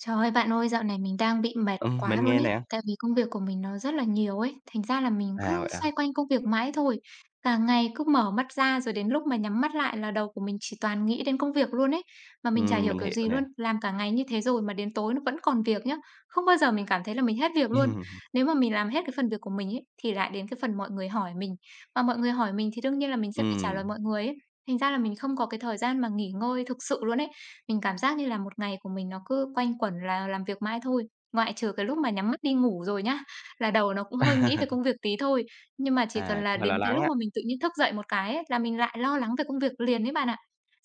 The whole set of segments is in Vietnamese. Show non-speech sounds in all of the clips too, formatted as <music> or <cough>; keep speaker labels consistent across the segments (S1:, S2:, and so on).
S1: Trời ơi, bạn ơi, dạo này mình đang bị mệt quá
S2: Mình
S1: luôn
S2: nghe
S1: ấy,
S2: nè.
S1: tại vì công việc của mình nó rất là nhiều ấy, thành ra là mình
S2: À,
S1: cứ
S2: vậy
S1: xoay
S2: à?
S1: quanh công việc mãi thôi. Cả ngày cứ mở mắt ra rồi đến lúc mà nhắm mắt lại là đầu của mình chỉ toàn nghĩ đến công việc luôn ấy, mà mình chả hiểu
S2: Mình
S1: kiểu
S2: hiểu
S1: gì luôn,
S2: nè.
S1: làm cả ngày như thế rồi mà đến tối nó vẫn còn việc nhá. Không bao giờ mình cảm thấy là mình hết việc luôn.
S2: Ừm. <laughs>
S1: Nếu mà mình làm hết cái phần việc của mình ấy thì lại đến cái phần mọi người hỏi mình, mà mọi người hỏi mình thì đương nhiên là mình sẽ phải trả lời
S2: ừm,
S1: mọi người ấy. Thành ra là mình không có cái thời gian mà nghỉ ngơi thực sự luôn ấy. Mình cảm giác như là một ngày của mình nó cứ quanh quẩn là làm việc mãi thôi, ngoại trừ cái lúc mà nhắm mắt đi ngủ rồi nhá, là đầu nó cũng hơi nghĩ về công việc tí thôi. Nhưng mà chỉ cần là
S2: Cũng hơi
S1: đến
S2: lo
S1: cái
S2: lắng
S1: lúc
S2: á.
S1: mà mình tự nhiên thức dậy một cái ấy, là mình lại lo lắng về công việc liền đấy bạn ạ.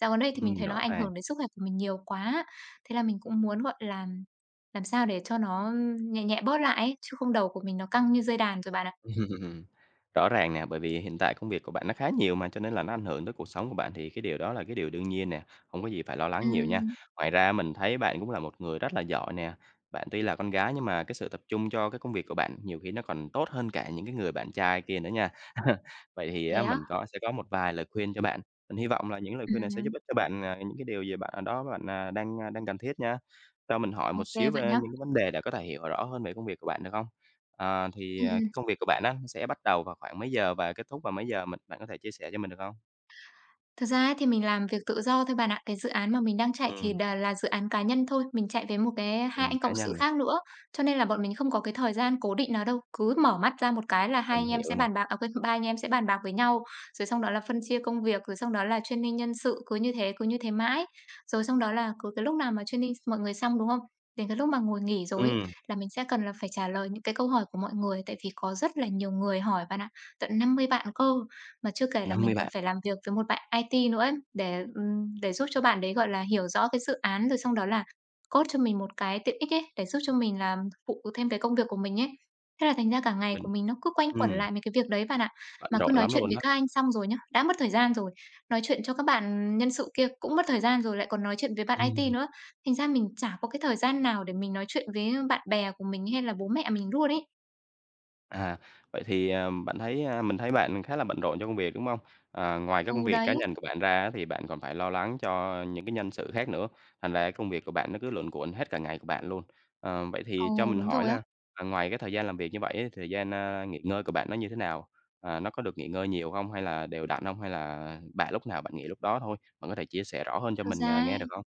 S1: Dạo gần đây thì mình thấy nó
S2: Rõ
S1: ảnh
S2: ràng.
S1: hưởng đến sức khỏe của mình nhiều quá, thế là mình cũng muốn, gọi là, làm sao để cho nó nhẹ nhẹ bớt lại ấy, chứ không đầu của mình nó căng như dây đàn rồi bạn ạ.
S2: <laughs> Ừm, Rõ ràng nè, bởi vì hiện tại công việc của bạn nó khá nhiều mà, cho nên là nó ảnh hưởng tới cuộc sống của bạn thì cái điều đó là cái điều đương nhiên nè, không có gì phải lo lắng nhiều nha.
S1: Ừm,
S2: Ngoài ra mình thấy bạn cũng là một người rất là giỏi nè, bạn tuy là con gái nhưng mà cái sự tập trung cho cái công việc của bạn nhiều khi nó còn tốt hơn cả những cái người bạn trai kia nữa nha. <laughs> Vậy thì
S1: thế
S2: á
S1: á?
S2: mình có sẽ có một vài lời khuyên cho bạn, mình hy vọng là những lời khuyên này sẽ
S1: Ừm,
S2: giúp ích cho bạn, những cái điều gì bạn ở đó bạn, đang cần thiết nha. Cho mình hỏi
S1: ô
S2: một xíu về
S1: bạn nhá.
S2: những cái vấn đề để có thể hiểu rõ hơn về công việc của bạn được không? Ờ, thì,
S1: Ừm,
S2: cái
S1: ừm.
S2: công việc của bạn á, nó sẽ bắt đầu vào khoảng mấy giờ và kết thúc vào mấy giờ? Bạn có thể chia sẻ cho mình được không?
S1: Thật ra ấy thì mình làm việc tự do thôi bạn ạ. Cái dự án mà mình đang chạy thì
S2: Ừm,
S1: đà là dự án cá nhân thôi, mình chạy với một cái hai
S2: ừm.
S1: anh
S2: Cá
S1: cộng
S2: nhân
S1: sự
S2: nè.
S1: khác nữa, cho nên là bọn mình không có cái thời gian cố định nào đâu. Cứ mở mắt ra một cái là hai
S2: Mình
S1: anh em
S2: hiểu
S1: sẽ
S2: nè.
S1: bàn bạc, à quên, ba anh em sẽ bàn bạc với nhau, rồi xong đó là phân chia công việc, rồi xong đó là training nhân sự, cứ như thế mãi. Rồi xong đó là cứ cái lúc nào mà training mọi người xong, đúng không? Đến cái lúc mà ngồi nghỉ rồi ấy,
S2: Ừm,
S1: là mình sẽ cần là phải trả lời những cái câu hỏi của mọi người tại vì có rất là nhiều người hỏi bạn ạ, tận 50 bạn cơ. Mà chưa kể là mình
S2: 50
S1: còn
S2: bạn.
S1: phải làm việc với một bạn IT nữa ấy, để giúp cho bạn đấy, gọi là, hiểu rõ cái dự án, rồi xong đó là code cho mình một cái tiện ích ấy, để giúp cho mình làm phụ thêm cái công việc của mình ấy. Thế là thành ra cả ngày
S2: Mình
S1: của mình nó cứ quanh quẩn
S2: ừm,
S1: lại mấy cái việc đấy bạn ạ.
S2: Bận
S1: Mà cứ
S2: rộn
S1: nói
S2: lắm
S1: chuyện
S2: luôn
S1: với
S2: đó.
S1: các anh xong rồi nhá, đã mất thời gian rồi, nói chuyện cho các bạn nhân sự kia cũng mất thời gian rồi, lại còn nói chuyện với bạn IT
S2: Ừm.
S1: nữa. Thành ra mình chả có cái thời gian nào để mình nói chuyện với bạn bè của mình hay là bố mẹ mình luôn ấy.
S2: À, vậy thì, bạn thấy, a mình thấy bạn khá là bận rộn trong công việc, đúng không? À, ngoài các
S1: Ừ,
S2: công việc
S1: đấy.
S2: cá nhân của bạn ra á thì bạn còn phải lo lắng cho những cái nhân sự khác nữa, thành ra công việc của bạn nó cứ luẩn quẩn hết cả ngày của bạn luôn. Ờ, vậy
S1: Ờ,
S2: thì cho mình
S1: đúng
S2: hỏi
S1: rồi á.
S2: là, ngoài cái thời gian làm việc như vậy ấy, thời gian, nghỉ ngơi của bạn nó như thế nào? À, nó có được nghỉ ngơi nhiều không? Hay là đều đặn không? Hay là bạn lúc nào bạn nghỉ lúc đó thôi? Bạn có thể chia sẻ rõ hơn cho
S1: Thực
S2: mình,
S1: ra ấy
S2: nghe được không?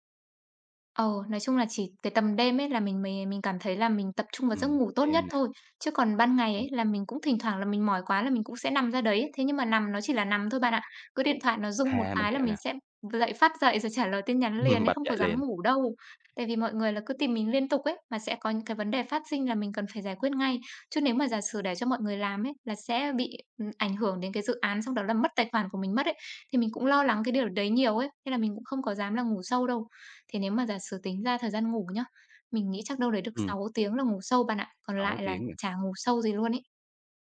S1: ờ, nói chung là chỉ cái tầm đêm ấy là mình cảm thấy là mình tập trung vào giấc ngủ tốt nhất
S2: Đêm nè.
S1: thôi. Chứ còn ban ngày
S2: ừm,
S1: ấy là mình cũng thỉnh thoảng là mình mỏi quá là mình cũng sẽ nằm ra đấy ấy. Thế nhưng mà nằm nó chỉ là nằm thôi bạn ạ. Cứ điện thoại nó rung một
S2: mình
S1: cái là
S2: hiểu
S1: mình
S2: nè.
S1: sẽ dậy rồi trả lời tin
S2: <laughs>
S1: nhắn liền ấy,
S2: Bật
S1: không có
S2: dậy
S1: dám
S2: liền.
S1: ngủ đâu. Tại vì mọi người là cứ tìm mình liên tục ấy, mà sẽ có những cái vấn đề phát sinh là mình cần phải giải quyết ngay. Chứ nếu mà giả sử để cho mọi người làm ấy là sẽ bị, ảnh hưởng đến cái dự án xong đó là mất tài khoản của mình mất ấy. Thì mình cũng lo lắng cái điều đấy nhiều ấy, nên là mình cũng không có dám là ngủ sâu đâu. Thế nếu mà giả sử tính ra thời gian ngủ nhá, mình nghĩ chắc đâu đấy được
S2: ừm,
S1: 6 tiếng là ngủ sâu bạn ạ, còn
S2: 6
S1: lại là
S2: tiếng.
S1: chả ngủ sâu gì luôn ấy.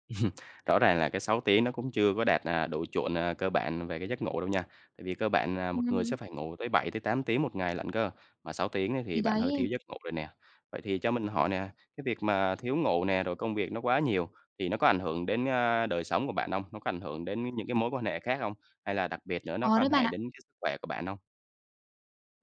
S2: <laughs> Rõ ràng là cái 6 tiếng nó cũng chưa có đạt, độ chuẩn, cơ bản về cái giấc ngủ đâu nha. Tại vì cơ bản là một người
S1: Ừm.
S2: sẽ phải ngủ tới 7 tới 8 tiếng 1 ngày lận cơ, mà 6 tiếng ấy
S1: Thì
S2: thì bạn
S1: đấy,
S2: hơi thiếu giấc ngủ rồi nè. Vậy thì cho mình hỏi nè, cái việc mà thiếu ngủ nè, rồi công việc nó quá nhiều thì nó có ảnh hưởng đến, đời sống của bạn hông? Nó có ảnh hưởng đến những cái mối quan hệ khác không? Hay là đặc biệt nữa nó
S1: khó
S2: có
S1: đấy
S2: ảnh
S1: bạn
S2: hệ
S1: ạ.
S2: đến cái sức khỏe của bạn hông?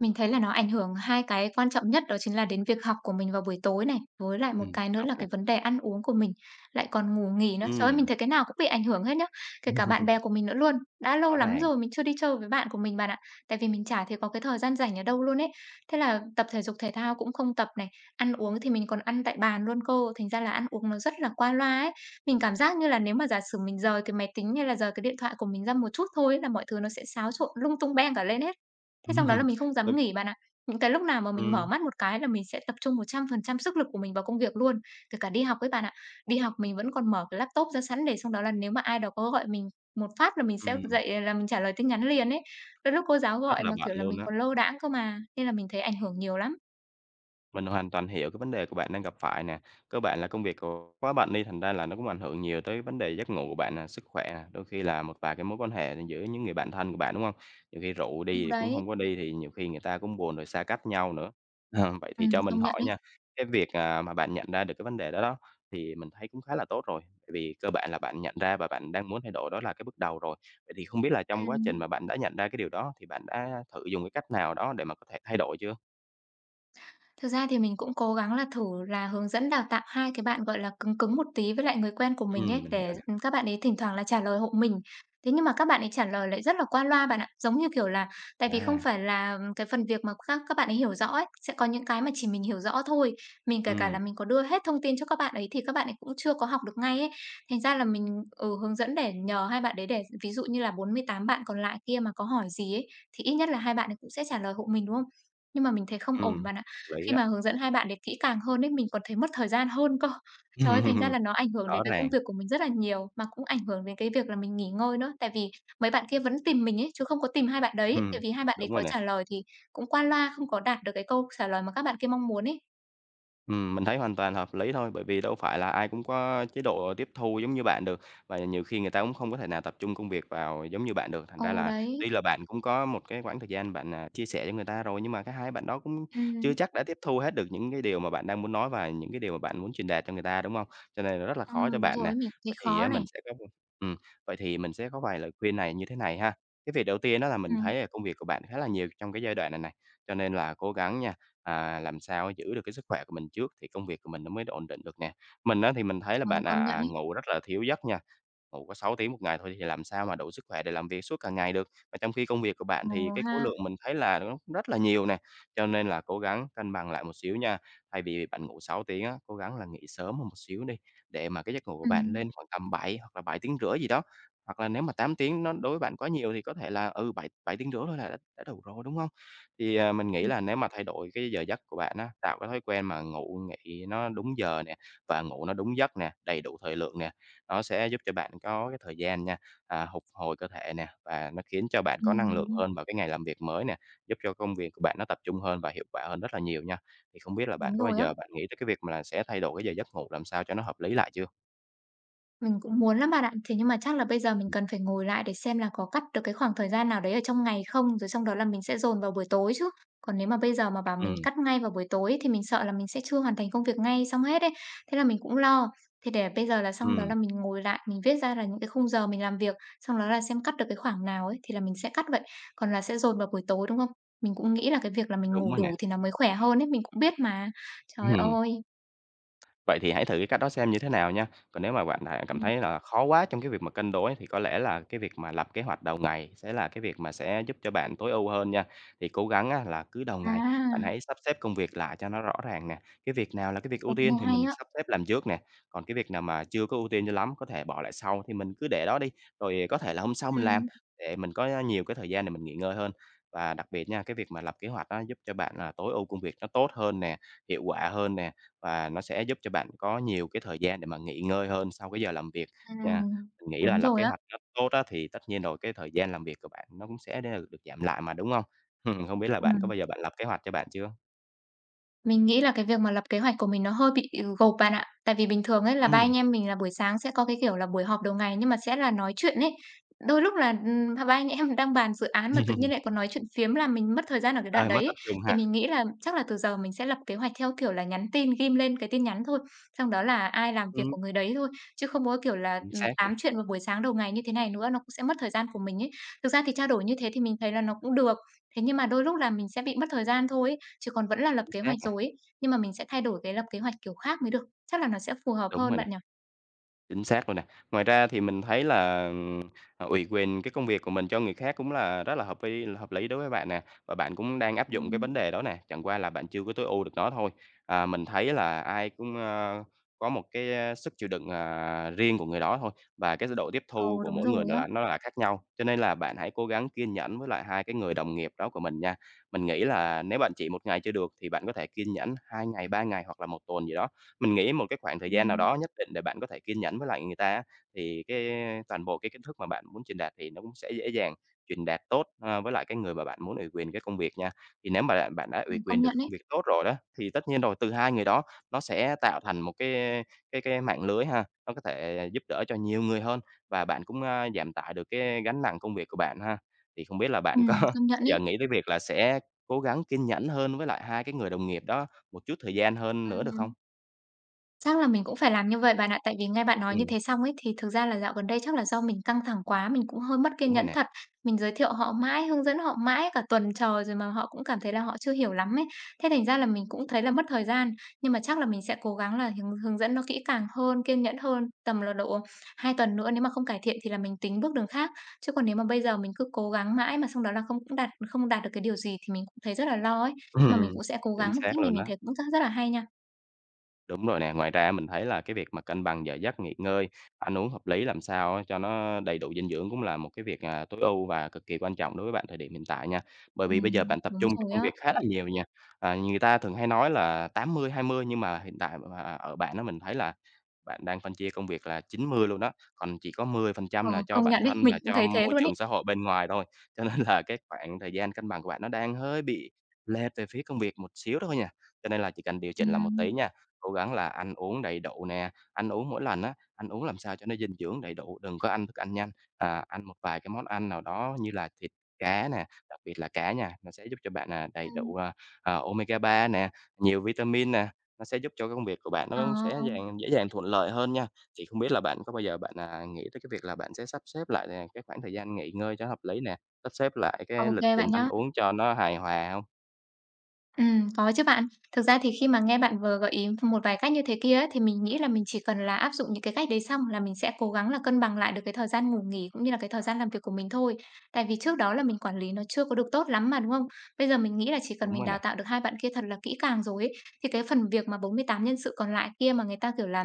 S1: Mình thấy là nó ảnh hưởng hai cái quan trọng nhất đó chính là đến việc học của mình vào buổi tối này, với lại một cái
S2: Việc
S1: nữa
S2: học
S1: là
S2: nè.
S1: cái vấn đề ăn uống của mình, lại còn ngủ nghỉ nữa. Trời ơi, mình
S2: Ừm.
S1: thấy cái nào cũng bị ảnh hưởng hết nhá, kể cả bạn
S2: <laughs>
S1: bè của mình nữa luôn. Đã lâu
S2: Rõ
S1: lắm
S2: ràng.
S1: rồi mình chưa đi chơi với bạn của mình bạn ạ, tại vì mình chả thấy có cái thời gian rảnh ở đâu luôn ấy. Thế là tập thể dục thể thao cũng không tập này, ăn uống thì mình còn ăn tại bàn luôn cơ, thành ra là ăn uống nó rất là qua loa ấy. Mình cảm giác như là nếu mà giả sử mình rời cái máy tính hay là rời cái điện thoại của mình ra một chút thôi ấy là mọi thứ nó sẽ xáo trộn lung tung beng cả lên hết. Thế xong đó là mình không dám
S2: <laughs>
S1: nghỉ bạn ạ. Những cái lúc nào mà mình mở
S2: Ừm.
S1: mắt một cái là mình sẽ tập trung 100% sức lực của mình vào công việc luôn, kể cả đi học ấy bạn ạ. Đi học mình vẫn còn mở cái laptop ra sẵn để xong đó là nếu mà ai đó có gọi mình một phát là mình
S2: Ừm,
S1: sẽ
S2: ừm,
S1: là mình trả lời tin nhắn liền ấy. Đôi lúc cô giáo
S2: Rất
S1: gọi
S2: là
S1: mà,
S2: bận
S1: kiểu là,
S2: luôn
S1: mình
S2: á.
S1: còn lơ đãng cơ mà, nên là mình thấy ảnh hưởng nhiều lắm.
S2: Mình hoàn toàn hiểu cái vấn đề của bạn đang gặp phải nè. Cơ bản là công việc của quá bận đi, thành ra là nó cũng ảnh hưởng nhiều tới vấn đề giấc ngủ của bạn nè, sức khỏe nè, đôi khi là một vài cái mối quan hệ giữa những người bạn thân của bạn, đúng không? Nhiều khi rượu
S1: Ừ,
S2: đi thì cũng
S1: đấy,
S2: không có đi, thì nhiều khi người ta cũng buồn rồi xa cách nhau nữa. <laughs> Ờ, vậy thì cho mình
S1: công nhận
S2: hỏi
S1: đấy.
S2: nha, cái việc, mà bạn nhận ra được cái vấn đề đó đó, thì mình thấy cũng khá là tốt rồi, tại vì cơ bản là bạn nhận ra và bạn đang muốn thay đổi đó là cái bước đầu rồi. Vậy thì không biết là trong quá trình
S1: Ừm.
S2: mà bạn đã nhận ra cái điều đó thì bạn đã thử dùng cái cách nào đó để mà có thể thay đổi chưa?
S1: Thực ra thì mình cũng cố gắng là thử là hướng dẫn đào tạo hai cái bạn, gọi là, cứng cứng một tí với lại người quen của mình ấy,
S2: Mình
S1: để,
S2: hiểu nè.
S1: ừ, các bạn ấy thỉnh thoảng là trả lời hộ mình. Thế nhưng mà các bạn ấy trả lời lại rất là qua loa bạn ạ. Giống như, kiểu là, tại vì không
S2: À.
S1: phải là ừ, cái phần việc mà các bạn ấy hiểu rõ ấy, sẽ có những cái mà chỉ mình hiểu rõ thôi. Mình kể cả là
S2: Ừm,
S1: mình có đưa hết thông tin cho các bạn ấy thì các bạn ấy cũng chưa có học được ngay ấy. Thành ra là mình, ừ, hướng dẫn để nhờ hai bạn đấy để ví dụ như là 48 bạn còn lại kia mà có hỏi gì ấy, thì ít nhất là hai bạn ấy cũng sẽ trả lời hộ mình, đúng không? Nhưng mà mình thấy không ổn bạn ạ.
S2: Hợp lý
S1: Khi
S2: đó.
S1: mà hướng dẫn hai bạn đấy kỹ càng hơn ấy, mình còn thấy mất thời gian hơn cơ. Trời ơi, thành ra là
S2: <laughs>
S1: nó ảnh hưởng đến
S2: Rõ
S1: cái công
S2: ràng.
S1: việc của mình rất là nhiều, mà cũng ảnh hưởng đến cái việc là mình nghỉ ngơi nữa. Tại vì mấy bạn kia vẫn tìm mình ấy, chứ không có tìm hai bạn đấy, tại
S2: ừm,
S1: vì hai bạn đấy
S2: Đúng
S1: có
S2: rồi nè.
S1: trả lời thì cũng qua loa, không có đạt được cái câu trả lời mà các bạn kia mong muốn ấy.
S2: Mình thấy hoàn toàn hợp lý thôi, bởi vì đâu phải là ai cũng có chế độ tiếp thu giống như bạn được, và nhiều khi người ta cũng không có thể nào tập trung công việc vào giống như bạn được. Thành ra
S1: Ồ,
S2: là
S1: đấy,
S2: tuy là bạn cũng có một cái khoảng thời gian bạn, chia sẻ cho người ta rồi, nhưng mà cái hai bạn đó cũng
S1: ừm,
S2: chưa chắc đã tiếp thu hết được những cái điều mà bạn đang muốn nói và những cái điều mà bạn muốn truyền đạt cho người ta, đúng không? Cho nên là rất là khó cho
S1: đúng
S2: bạn nè.
S1: rồi mình cũng thấy
S2: Vậy thì
S1: khó
S2: á mình
S1: này.
S2: sẽ có ừm, Vậy thì mình sẽ có vài lời khuyên này như thế này ha. Cái việc đầu tiên đó là
S1: Ừ,
S2: mình thấy là công việc của bạn khá là nhiều trong cái giai đoạn này này, cho nên là cố gắng nha. À, làm sao giữ được cái sức khỏe của mình trước thì công việc của mình nó mới ổn định được nè. Mình á thì mình thấy là
S1: ờ,
S2: bạn,
S1: công nhận ấy.
S2: ngủ rất là thiếu giấc nha. Ngủ có 6 tiếng 1 ngày thôi thì làm sao mà đủ sức khỏe để làm việc suốt cả ngày được. Và trong khi công việc của bạn thì
S1: Ờ
S2: cái khối
S1: ha,
S2: lượng mình thấy là nó cũng rất là nhiều nè, cho nên là cố gắng cân bằng lại một xíu nha. Thay vì bạn ngủ 6 tiếng á, cố gắng là nghỉ sớm hơn một xíu đi, để mà cái giấc ngủ của bạn
S1: ừm,
S2: lên khoảng tầm 7 hoặc là 7 tiếng rưỡi gì đó. Hoặc là nếu mà 8 tiếng nó đối với bạn quá nhiều thì có thể là, 7 7 tiếng rưỡi thôi là đã đủ rồi, đúng không? Thì, mình nghĩ
S1: ừm,
S2: là nếu mà thay đổi cái giờ giấc của bạn á, tạo cái thói quen mà ngủ nghỉ nó đúng giờ nè, và ngủ nó đúng giấc nè, đầy đủ thời lượng nè, nó sẽ giúp cho bạn có cái thời gian nha, phục hồi cơ thể nè, và nó khiến cho bạn có năng lượng
S1: ừm,
S2: hơn vào cái ngày làm việc mới nè, giúp cho công việc của bạn nó tập trung hơn và hiệu quả hơn rất là nhiều nha. Thì không biết là bạn
S1: đúng
S2: có bao
S1: rồi á.
S2: giờ bạn nghĩ tới cái việc mà là sẽ thay đổi cái giờ giấc ngủ làm sao cho nó hợp lý lại chưa?
S1: Mình cũng muốn lắm bạn ạ. Thế nhưng mà chắc là bây giờ mình cần phải ngồi lại để xem là có cắt được cái khoảng thời gian nào đấy ở trong ngày không, rồi xong đó là mình sẽ dồn vào buổi tối chứ. Còn nếu mà bây giờ mà bảo mình
S2: Ừ,
S1: cắt ngay vào buổi tối thì mình sợ là mình sẽ chưa hoàn thành công việc ngay xong hết ấy. Thế là mình cũng lo. Thế để bây giờ là xong đó
S2: ừm,
S1: là mình ngồi lại, mình viết ra là những cái khung giờ mình làm việc, xong đó là xem cắt được cái khoảng nào ấy thì là mình sẽ cắt vậy, còn là sẽ dồn vào buổi tối, đúng không? Mình cũng nghĩ là cái việc là mình
S2: đúng
S1: ngủ
S2: rồi nè.
S1: đủ thì nó mới khỏe hơn ấy, mình cũng biết mà. Trời
S2: <laughs>
S1: ơi!
S2: Vậy thì hãy thử cái cách đó xem như thế nào nha. Còn nếu mà bạn thà cảm
S1: Ừm.
S2: thấy là khó quá trong cái việc mà cân đối thì có lẽ là cái việc mà lập kế hoạch đầu ngày sẽ là cái việc mà sẽ giúp cho bạn tối ưu hơn nha. Thì cố gắng á, là cứ đầu ngày
S1: À,
S2: bạn hãy sắp xếp công việc lại cho nó rõ ràng nè. Cái việc nào là cái việc
S1: có
S2: ưu
S1: cái
S2: tiên
S1: này
S2: thì
S1: hay
S2: mình
S1: á.
S2: sắp xếp làm trước nè. Còn cái việc nào mà chưa có ưu tiên cho lắm có thể bỏ lại sau thì mình cứ để đó đi. Rồi có thể là hôm sau mình làm
S1: Ừm.
S2: để mình có nhiều cái thời gian để mình nghỉ ngơi hơn. Và đặc biệt nha, cái việc mà lập kế hoạch á, giúp cho bạn là tối ưu công việc nó tốt hơn nè, hiệu quả hơn nè và nó sẽ giúp cho bạn có nhiều cái thời gian để mà nghỉ ngơi hơn sau cái giờ làm việc nha.
S1: Ừm,
S2: Mình nghĩ là
S1: đúng
S2: lập
S1: rồi
S2: kế
S1: á.
S2: hoạch nó tốt á, thì tất nhiên rồi cái thời gian làm việc của bạn nó cũng sẽ đều được giảm lại mà, đúng không? <laughs> Không biết là bạn có
S1: Ừm.
S2: bao giờ bạn lập kế hoạch cho bạn chưa?
S1: Mình nghĩ là cái việc mà lập kế hoạch của mình nó hơi bị, gộp bạn ạ. Tại vì bình thường ấy là ba
S2: Ừm.
S1: anh em mình là buổi sáng sẽ có cái, kiểu là, buổi họp đầu ngày nhưng mà sẽ là nói chuyện ấy. Đôi lúc là, ba anh em <laughs> đang bàn dự án mà tự nhiên lại
S2: <laughs>
S1: còn nói chuyện phiếm là mình mất thời gian ở cái đoạn
S2: Hơi mất
S1: đấy ấy.
S2: tập trung
S1: Thì
S2: ha.
S1: mình nghĩ là chắc là từ giờ mình sẽ lập kế hoạch theo kiểu là nhắn tin, ghim lên cái tin nhắn thôi, xong đó là ai làm việc
S2: Ừm,
S1: của người đấy thôi, chứ không có, kiểu là,
S2: Chính xác
S1: tám
S2: nè,
S1: chuyện vào buổi sáng đầu ngày như thế này nữa, nó cũng sẽ mất thời gian của mình ấy. Thực ra thì trao đổi như thế thì mình thấy là nó cũng được, thế nhưng mà đôi lúc là mình sẽ bị mất thời gian thôi ấy. Chứ còn vẫn là lập
S2: chính
S1: kế
S2: xác
S1: hoạch
S2: nè,
S1: rồi ấy, nhưng mà mình sẽ thay đổi cái lập kế hoạch kiểu khác mới được, chắc là nó sẽ phù hợp
S2: đúng
S1: hơn
S2: rồi
S1: bạn
S2: nè.
S1: nhỉ?
S2: Chính xác luôn nè. Ngoài ra thì mình thấy là, ủy quyền cái công việc của mình cho người khác cũng là rất là hợp lý đối với bạn nè, và bạn cũng đang áp dụng cái
S1: Ừm.
S2: vấn đề đó nè, chẳng qua là bạn chưa có tối ưu được nó thôi. À, mình thấy là ai cũng, có một cái, sức chịu đựng, riêng của người đó thôi, và cái độ tiếp
S1: Ừ,
S2: thu của
S1: đúng
S2: mỗi người
S1: rồi á.
S2: là nó là khác nhau, cho nên là bạn hãy cố gắng kiên nhẫn với lại hai cái người đồng nghiệp đó của mình nha. Mình nghĩ là nếu bạn chỉ 1 ngày chưa được thì bạn có thể kiên nhẫn 2 ngày, 3 ngày hoặc là 1 tuần gì đó, mình nghĩ một cái khoảng thời gian nào
S1: Ừm.
S2: đó nhất định để bạn có thể kiên nhẫn với lại người ta á, thì cái toàn bộ cái kiến thức mà bạn muốn truyền đạt thì nó cũng sẽ dễ dàng truyền đạt tốt, ờ, với lại cái người mà bạn muốn ủy quyền cái công việc nha. Thì nếu mà bạn bạn đã
S1: Ừ,
S2: ủy
S1: công
S2: quyền được
S1: nhận
S2: công
S1: ấy.
S2: việc tốt rồi đó, thì tất nhiên rồi từ hai người đó nó sẽ tạo thành một cái mạng lưới ha, nó có thể giúp đỡ cho nhiều người hơn và bạn cũng, giảm tải được cái gánh nặng công việc của bạn ha. Thì không biết là bạn có <laughs>
S1: Công nhận
S2: bao giờ
S1: ấy.
S2: nghĩ tới việc là sẽ cố gắng kiên nhẫn hơn với lại hai cái người đồng nghiệp đó một chút thời gian hơn nữa được không?
S1: Ừm. Chắc là mình cũng phải làm như vậy bạn ạ. Tại vì nghe bạn nói như
S2: Ừm.
S1: thế xong ấy, thì thực ra là dạo gần đây chắc là do mình căng thẳng quá, mình cũng hơi mất kiên
S2: Đúng rồi
S1: nhẫn
S2: nè.
S1: thật. Mình giới thiệu họ mãi, hướng dẫn họ mãi cả tuần trời rồi mà họ cũng cảm thấy là họ chưa hiểu lắm ấy. Thế thành ra là mình cũng thấy là mất thời gian. Nhưng mà chắc là mình sẽ cố gắng là hướng hướng dẫn nó kỹ càng hơn, kiên nhẫn hơn, tầm là độ 2 tuần nữa nếu mà không cải thiện thì là mình tính bước đường khác. Chứ còn nếu mà bây giờ mình cứ cố gắng mãi mà xong đó là không đạt được cái điều gì thì mình cũng thấy rất là lo ấy. Nhưng mà mình
S2: Ừm,
S1: cũng sẽ cố
S2: Chính
S1: gắng, cái
S2: xác
S1: này
S2: luôn
S1: mình
S2: á.
S1: thấy cũng rất rất là hay nha.
S2: Đúng rồi nè, ngoài ra mình thấy là cái việc mà cân bằng giờ giấc nghỉ ngơi, ăn uống hợp lý làm sao á cho nó đầy đủ dinh dưỡng cũng là một cái việc, tối ưu và cực kỳ quan trọng đối với bạn thời điểm hiện tại nha. Bởi vì bây giờ bạn tập
S1: Đúng
S2: trung cho
S1: rồi
S2: công
S1: á.
S2: việc khá là nhiều nha. À, người ta thường hay nói là 80-20 nhưng mà hiện tại, ở bạn á mình thấy là bạn đang phân chia công việc là 90% luôn đó, còn chỉ có mười phần
S1: Ờ,
S2: trăm là cho
S1: công
S2: bản
S1: nhận đấy,
S2: thân
S1: mình
S2: và
S1: cũng
S2: cho
S1: thấy thế
S2: môi
S1: luôn ấy.
S2: trường xã hội bên ngoài thôi. <laughs> Cho nên là cái khoảng thời gian cân bằng của bạn nó đang hơi bị lệch về phía công việc một xíu thôi nha. Cho nên là chỉ cần điều chỉnh lại một tí
S1: Ừm,
S2: nha, cố gắng là ăn uống đầy đủ nè, ăn uống mỗi lần á, ăn uống làm sao cho nó dinh dưỡng đầy đủ, đừng có ăn thức ăn nhanh. À, ăn một vài cái món ăn nào đó như là thịt cá nè, đặc biệt là cá nha, nó sẽ giúp cho bạn, là đầy
S1: Ừm.
S2: đủ, omega-3 nè, nhiều vitamin nè. Nó sẽ giúp cho cái công việc của bạn
S1: Ờ,
S2: nó sẽ dàng dễ dàng thuận lợi hơn nha. Thì không biết là bạn có bao giờ bạn, nghĩ tới cái việc là bạn sẽ sắp xếp lại, cái khoảng thời gian nghỉ ngơi cho hợp lý nè, sắp xếp lại
S1: ô
S2: cái lịch
S1: bạn
S2: trình ăn
S1: nhá.
S2: uống cho nó hài hòa không?
S1: Có chứ bạn. Thực ra thì khi mà nghe bạn vừa gợi ý một vài cách như thế kia ấy, thì mình nghĩ là mình chỉ cần là áp dụng những cái cách đấy xong là mình sẽ cố gắng là cân bằng lại được cái thời gian ngủ nghỉ cũng như là cái thời gian làm việc của mình thôi. Tại vì trước đó là mình quản lý nó chưa có được tốt lắm mà, đúng không? Bây giờ mình nghĩ là chỉ cần
S2: Đúng
S1: mình
S2: rồi
S1: đào
S2: nè.
S1: tạo được hai bạn kia thật là kỹ càng rồi ấy, thì cái phần việc mà 48 nhân sự còn lại kia mà người ta, kiểu là,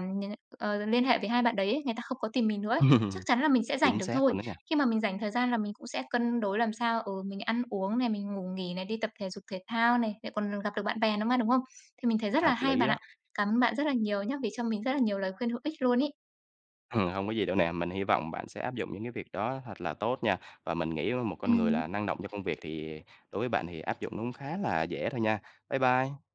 S1: ờ, liên hệ với hai bạn đấy ấy, người ta không có tìm mình nữa ấy, chắc
S2: <laughs>
S1: chắn là mình sẽ rảnh
S2: Chính
S1: được
S2: xác
S1: thôi.
S2: luôn đó nha,
S1: Khi mà mình rảnh thời gian là mình cũng sẽ cân đối làm sao, ừ, mình ăn uống này, mình ngủ nghỉ này, đi tập thể dục thể thao này, lại còn gặp được bạn bè nữa mà, đúng không? Thì mình thấy rất là
S2: hợp
S1: hay
S2: lý
S1: bạn ạ.
S2: đó. <clears throat>
S1: Cảm ơn bạn rất là nhiều nhé vì cho mình rất là nhiều lời khuyên hữu ích luôn ý.
S2: Hông có gì đâu nè, mình hy vọng bạn sẽ áp dụng những cái việc đó thật là tốt nha. Và mình nghĩ một con người
S1: Ừm.
S2: là năng động cho công việc thì đối với bạn thì áp dụng nó cũng khá là dễ thôi nha. Bye bye.